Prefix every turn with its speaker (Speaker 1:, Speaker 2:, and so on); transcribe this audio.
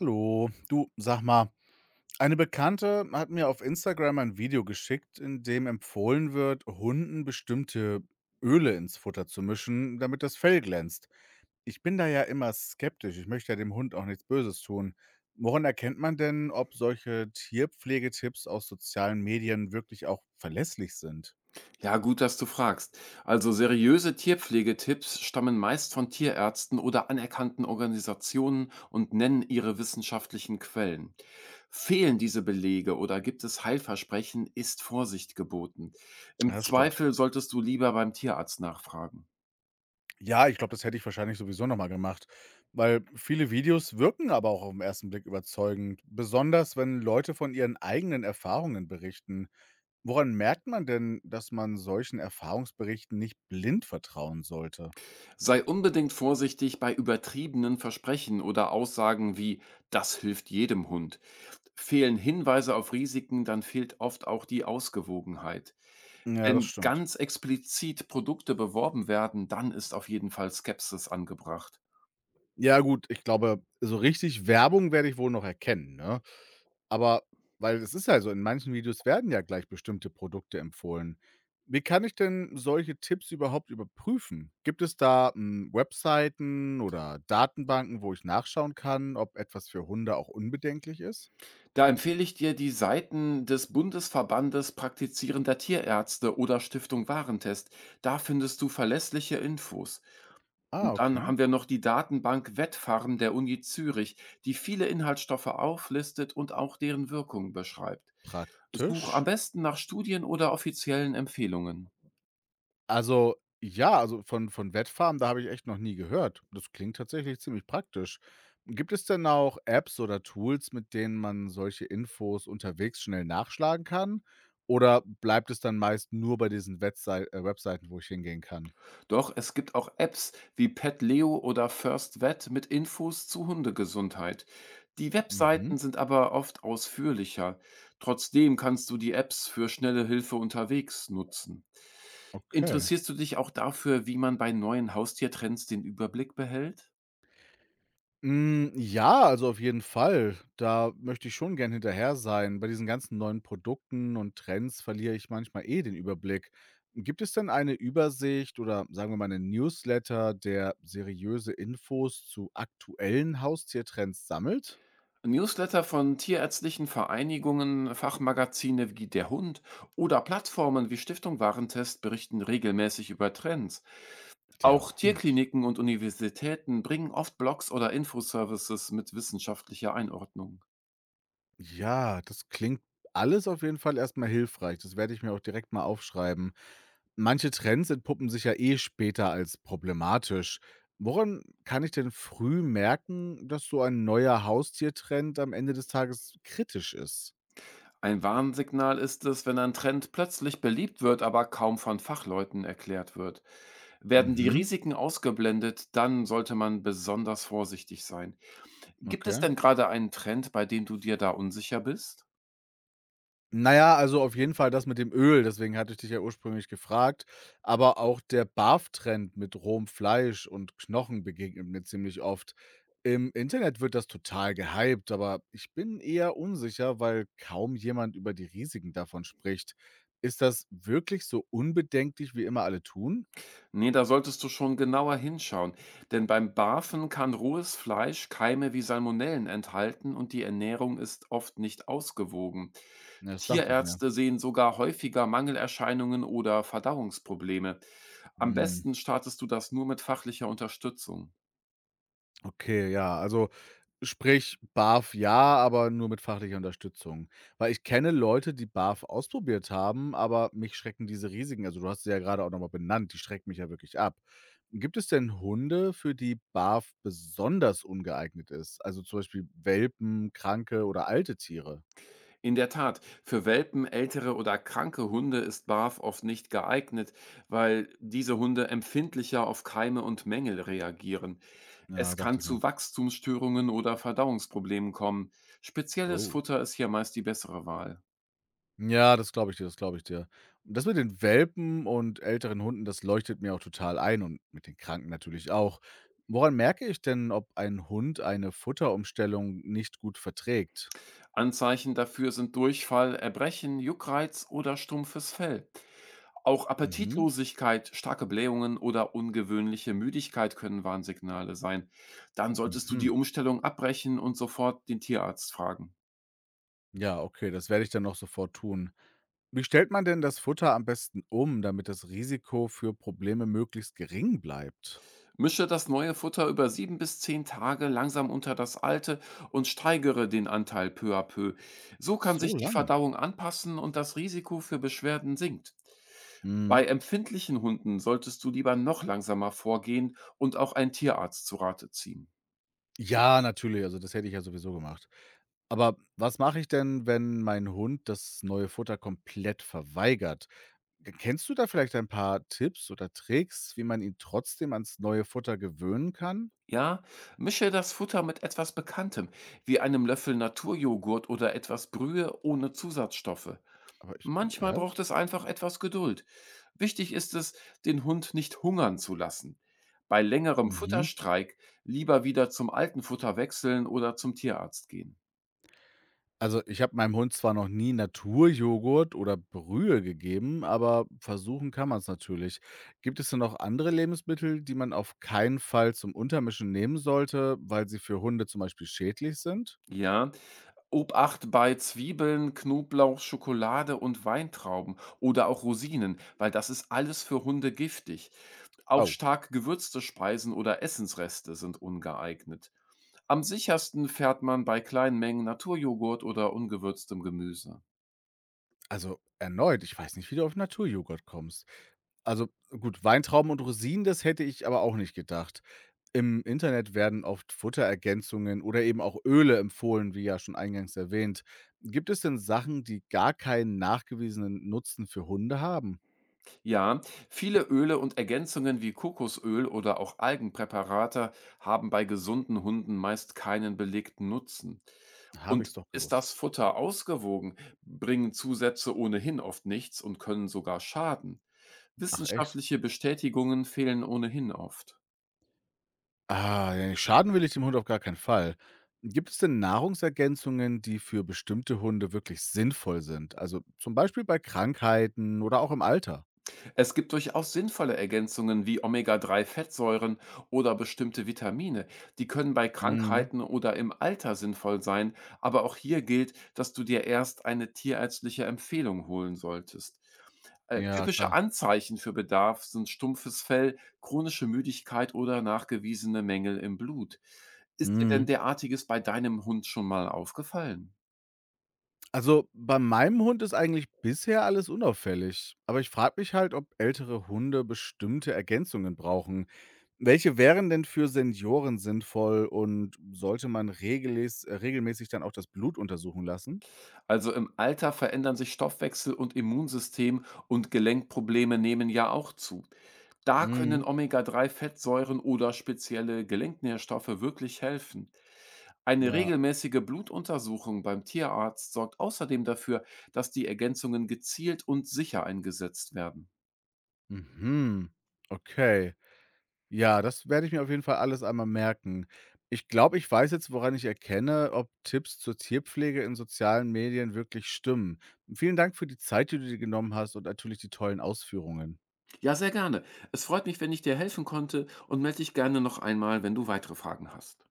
Speaker 1: Hallo, du, sag mal, eine Bekannte hat mir auf Instagram ein Video geschickt, in dem empfohlen wird, Hunden bestimmte Öle ins Futter zu mischen, damit das Fell glänzt. Ich bin da ja immer skeptisch. Ich möchte ja dem Hund auch nichts Böses tun. Woran erkennt man denn, ob solche Tierpflegetipps aus sozialen Medien wirklich auch verlässlich sind?
Speaker 2: Ja, gut, dass du fragst. Also seriöse Tierpflegetipps stammen meist von Tierärzten oder anerkannten Organisationen und nennen ihre wissenschaftlichen Quellen. Fehlen diese Belege oder gibt es Heilversprechen, ist Vorsicht geboten. Im
Speaker 1: Ja, das stimmt.
Speaker 2: Zweifel solltest du lieber beim Tierarzt nachfragen.
Speaker 1: Ja, ich glaube, das hätte ich wahrscheinlich sowieso noch mal gemacht, weil viele Videos wirken aber auch aufm ersten Blick überzeugend, besonders wenn Leute von ihren eigenen Erfahrungen berichten. Woran merkt man denn, dass man solchen Erfahrungsberichten nicht blind vertrauen sollte?
Speaker 2: Sei unbedingt vorsichtig bei übertriebenen Versprechen oder Aussagen wie "Das hilft jedem Hund." Fehlen Hinweise auf Risiken, dann fehlt oft auch die Ausgewogenheit.
Speaker 1: Ja, das
Speaker 2: Wenn
Speaker 1: stimmt.
Speaker 2: ganz explizit Produkte beworben werden, dann ist auf jeden Fall Skepsis angebracht.
Speaker 1: Ja gut, ich glaube, so richtig Werbung werde ich wohl noch erkennen, ne? Aber weil es ist ja so, in manchen Videos werden ja gleich bestimmte Produkte empfohlen. Wie kann ich denn solche Tipps überhaupt überprüfen? Gibt es da, Webseiten oder Datenbanken, wo ich nachschauen kann, ob etwas für Hunde auch unbedenklich ist?
Speaker 2: Da empfehle ich dir die Seiten des Bundesverbandes praktizierender Tierärzte oder Stiftung Warentest. Da findest du verlässliche Infos.
Speaker 1: Ah,
Speaker 2: Und dann
Speaker 1: okay,
Speaker 2: haben wir noch die Datenbank Wettfarm der Uni Zürich, die viele Inhaltsstoffe auflistet und auch deren Wirkung beschreibt. Such am
Speaker 1: praktisch.
Speaker 2: besten nach Studien oder offiziellen Empfehlungen.
Speaker 1: Also, ja, also von Wettfarmen, da habe ich echt noch nie gehört. Das klingt tatsächlich ziemlich praktisch. Gibt es denn auch Apps oder Tools, mit denen man solche Infos unterwegs schnell nachschlagen kann? Oder bleibt es dann meist nur bei diesen Wetsei Webseiten, wo ich hingehen kann?
Speaker 2: Doch es gibt auch Apps wie PetLeo oder FirstVet mit Infos zu Hundegesundheit. Die
Speaker 1: Mhm,
Speaker 2: Webseiten sind aber oft ausführlicher. Trotzdem kannst du die Apps für schnelle Hilfe unterwegs nutzen.
Speaker 1: okay.
Speaker 2: Interessierst du dich auch dafür, wie man bei neuen Haustiertrends den Überblick behält?
Speaker 1: Ja, also auf jeden Fall. Da möchte ich schon gern hinterher sein. Bei diesen ganzen neuen Produkten und Trends verliere ich manchmal eh den Überblick. Gibt es denn eine Übersicht oder sagen wir mal einen Newsletter, der seriöse Infos zu aktuellen Haustiertrends sammelt?
Speaker 2: Newsletter von tierärztlichen Vereinigungen, Fachmagazine wie Der Hund oder Plattformen wie Stiftung Warentest berichten regelmäßig über Trends.
Speaker 1: Der
Speaker 2: Auch
Speaker 1: Hund.
Speaker 2: Tierkliniken und Universitäten bringen oft Blogs oder Infoservices mit wissenschaftlicher Einordnung.
Speaker 1: Ja, das klingt alles auf jeden Fall erstmal hilfreich. Das werde ich mir auch direkt mal aufschreiben. Manche Trends entpuppen sich ja eh später als problematisch. Woran kann ich denn früh merken, dass so ein neuer Haustiertrend am Ende des Tages kritisch ist?
Speaker 2: Ein Warnsignal ist es, wenn ein Trend plötzlich beliebt wird, aber kaum von Fachleuten erklärt wird. Werden die
Speaker 1: Mhm,
Speaker 2: Risiken ausgeblendet, dann sollte man besonders vorsichtig sein. Gibt es
Speaker 1: okay.
Speaker 2: denn gerade einen Trend, bei dem du dir da unsicher bist?
Speaker 1: Na ja, also auf jeden Fall das mit dem Öl, deswegen hatte ich dich ja ursprünglich gefragt. Aber auch der Barf-Trend mit rohem Fleisch und Knochen begegnet mir ziemlich oft. Im Internet wird das total gehypt, aber ich bin eher unsicher, weil kaum jemand über die Risiken davon spricht. Ist das wirklich so unbedenklich, wie immer alle tun?
Speaker 2: Ne, da solltest du schon genauer hinschauen, denn beim Barfen kann rohes Fleisch Keime wie Salmonellen enthalten und die Ernährung ist oft nicht ausgewogen.
Speaker 1: Ja, das dachte ich mir.
Speaker 2: Tierärzte sehen sogar häufiger Mangelerscheinungen oder Verdauungsprobleme. Am
Speaker 1: Hm.
Speaker 2: besten startest du das nur mit fachlicher Unterstützung.
Speaker 1: Okay, ja, also sprich BAF ja, aber nur mit fachlicher Unterstützung. Weil ich kenne Leute, die BAF ausprobiert haben, aber mich schrecken diese Risiken, also du hast sie ja gerade auch nochmal benannt, die schrecken mich ja wirklich ab. Gibt es denn Hunde, für die BAF besonders ungeeignet ist? Also zum Beispiel Welpen, Kranke oder alte Tiere?
Speaker 2: In der Tat, für Welpen, ältere oder kranke Hunde ist Barf oft nicht geeignet, weil diese Hunde empfindlicher auf Keime und Mängel reagieren.
Speaker 1: Ja,
Speaker 2: Es kann
Speaker 1: dachte ich mir.
Speaker 2: zu Wachstumsstörungen oder Verdauungsproblemen kommen. Spezielles
Speaker 1: Oh.
Speaker 2: Futter ist hier meist die bessere Wahl.
Speaker 1: Ja, das glaube ich dir, das glaube ich dir. Und das mit den Welpen und älteren Hunden, das leuchtet mir auch total ein und mit den Kranken natürlich auch. Woran merke ich denn, ob ein Hund eine Futterumstellung nicht gut verträgt?
Speaker 2: Anzeichen dafür sind Durchfall, Erbrechen, Juckreiz oder stumpfes Fell. Auch
Speaker 1: Mhm.
Speaker 2: Appetitlosigkeit, starke Blähungen oder ungewöhnliche Müdigkeit können Warnsignale sein. Dann solltest du die
Speaker 1: Mhm.
Speaker 2: Umstellung abbrechen und sofort den Tierarzt fragen.
Speaker 1: Ja, okay, das werde ich dann noch sofort tun. Wie stellt man denn das Futter am besten um, damit das Risiko für Probleme möglichst gering bleibt?
Speaker 2: Mische das neue Futter über sieben bis zehn Tage langsam unter das alte und steigere den Anteil peu à peu. So kann
Speaker 1: So
Speaker 2: sich die
Speaker 1: lang.
Speaker 2: Verdauung anpassen und das Risiko für Beschwerden sinkt.
Speaker 1: Mhm.
Speaker 2: Bei empfindlichen Hunden solltest du lieber noch langsamer vorgehen und auch einen Tierarzt zu Rate ziehen.
Speaker 1: Ja, natürlich, also das hätte ich ja sowieso gemacht. Aber was mache ich denn, wenn mein Hund das neue Futter komplett verweigert? K Kennst du da vielleicht ein paar Tipps oder Tricks, wie man ihn trotzdem ans neue Futter gewöhnen kann?
Speaker 2: Ja, mische das Futter mit etwas Bekanntem, wie einem Löffel Naturjoghurt oder etwas Brühe ohne Zusatzstoffe.
Speaker 1: Aber ich meine,
Speaker 2: Manchmal
Speaker 1: hä?
Speaker 2: braucht es einfach etwas Geduld. Wichtig ist es, den Hund nicht hungern zu lassen. Bei längerem
Speaker 1: Mhm.
Speaker 2: Futterstreik lieber wieder zum alten Futter wechseln oder zum Tierarzt gehen.
Speaker 1: Also, ich habe meinem Hund zwar noch nie Naturjoghurt oder Brühe gegeben, aber versuchen kann man es natürlich. Gibt es denn noch andere Lebensmittel, die man auf keinen Fall zum Untermischen nehmen sollte, weil sie für Hunde zum Beispiel schädlich sind?
Speaker 2: Ja. Obacht bei Zwiebeln, Knoblauch, Schokolade und Weintrauben oder auch Rosinen, weil das ist alles für Hunde giftig. Auch
Speaker 1: Oh.
Speaker 2: stark gewürzte Speisen oder Essensreste sind ungeeignet. Am sichersten fährt man bei kleinen Mengen Naturjoghurt oder ungewürztem Gemüse.
Speaker 1: Also, erneut, ich weiß nicht, wie du auf Naturjoghurt kommst. Also, gut, Weintrauben und Rosinen, das hätte ich aber auch nicht gedacht. Im Internet werden oft Futterergänzungen oder eben auch Öle empfohlen, wie ja schon eingangs erwähnt. Gibt es denn Sachen, die gar keinen nachgewiesenen Nutzen für Hunde haben?
Speaker 2: Ja, viele Öle und Ergänzungen wie Kokosöl oder auch Algenpräparate haben bei gesunden Hunden meist keinen belegten Nutzen.
Speaker 1: Habe
Speaker 2: Und
Speaker 1: ich's doch
Speaker 2: ist das
Speaker 1: gewusst.
Speaker 2: Futter ausgewogen, bringen Zusätze ohnehin oft nichts und können sogar schaden.
Speaker 1: Ach echt?
Speaker 2: Wissenschaftliche Bestätigungen fehlen ohnehin oft.
Speaker 1: Ah, ja, nee, schaden will ich dem Hund auf gar keinen Fall. Gibt es denn Nahrungsergänzungen, die für bestimmte Hunde wirklich sinnvoll sind? Also zum Beispiel bei Krankheiten oder auch im Alter?
Speaker 2: Es gibt durchaus sinnvolle Ergänzungen wie Omega-3-Fettsäuren oder bestimmte Vitamine. Die können bei
Speaker 1: Mhm.
Speaker 2: Krankheiten oder im Alter sinnvoll sein, aber auch hier gilt, dass du dir erst eine tierärztliche Empfehlung holen solltest.
Speaker 1: Ja,
Speaker 2: Typische
Speaker 1: klar.
Speaker 2: Anzeichen für Bedarf sind stumpfes Fell, chronische Müdigkeit oder nachgewiesene Mängel im Blut. Ist dir denn
Speaker 1: Mhm.
Speaker 2: derartiges bei deinem Hund schon mal aufgefallen?
Speaker 1: Also, bei meinem Hund ist eigentlich bisher alles unauffällig. Aber ich frage mich halt, ob ältere Hunde bestimmte Ergänzungen brauchen. Welche wären denn für Senioren sinnvoll und sollte man regeles regelmäßig dann auch das Blut untersuchen lassen?
Speaker 2: Also im Alter verändern sich Stoffwechsel und Immunsystem und Gelenkprobleme nehmen ja auch zu. Da können
Speaker 1: Mhm.
Speaker 2: Omega-3-Fettsäuren oder spezielle Gelenknährstoffe wirklich helfen. Eine
Speaker 1: Ja.
Speaker 2: regelmäßige Blutuntersuchung beim Tierarzt sorgt außerdem dafür, dass die Ergänzungen gezielt und sicher eingesetzt werden.
Speaker 1: Mhm. Okay. Ja, das werde ich mir auf jeden Fall alles einmal merken. Ich glaube, ich weiß jetzt, woran ich erkenne, ob Tipps zur Tierpflege in sozialen Medien wirklich stimmen. Vielen Dank für die Zeit, die du dir genommen hast und natürlich die tollen Ausführungen.
Speaker 2: Ja, sehr gerne. Es freut mich, wenn ich dir helfen konnte und melde dich gerne noch einmal, wenn du weitere Fragen hast.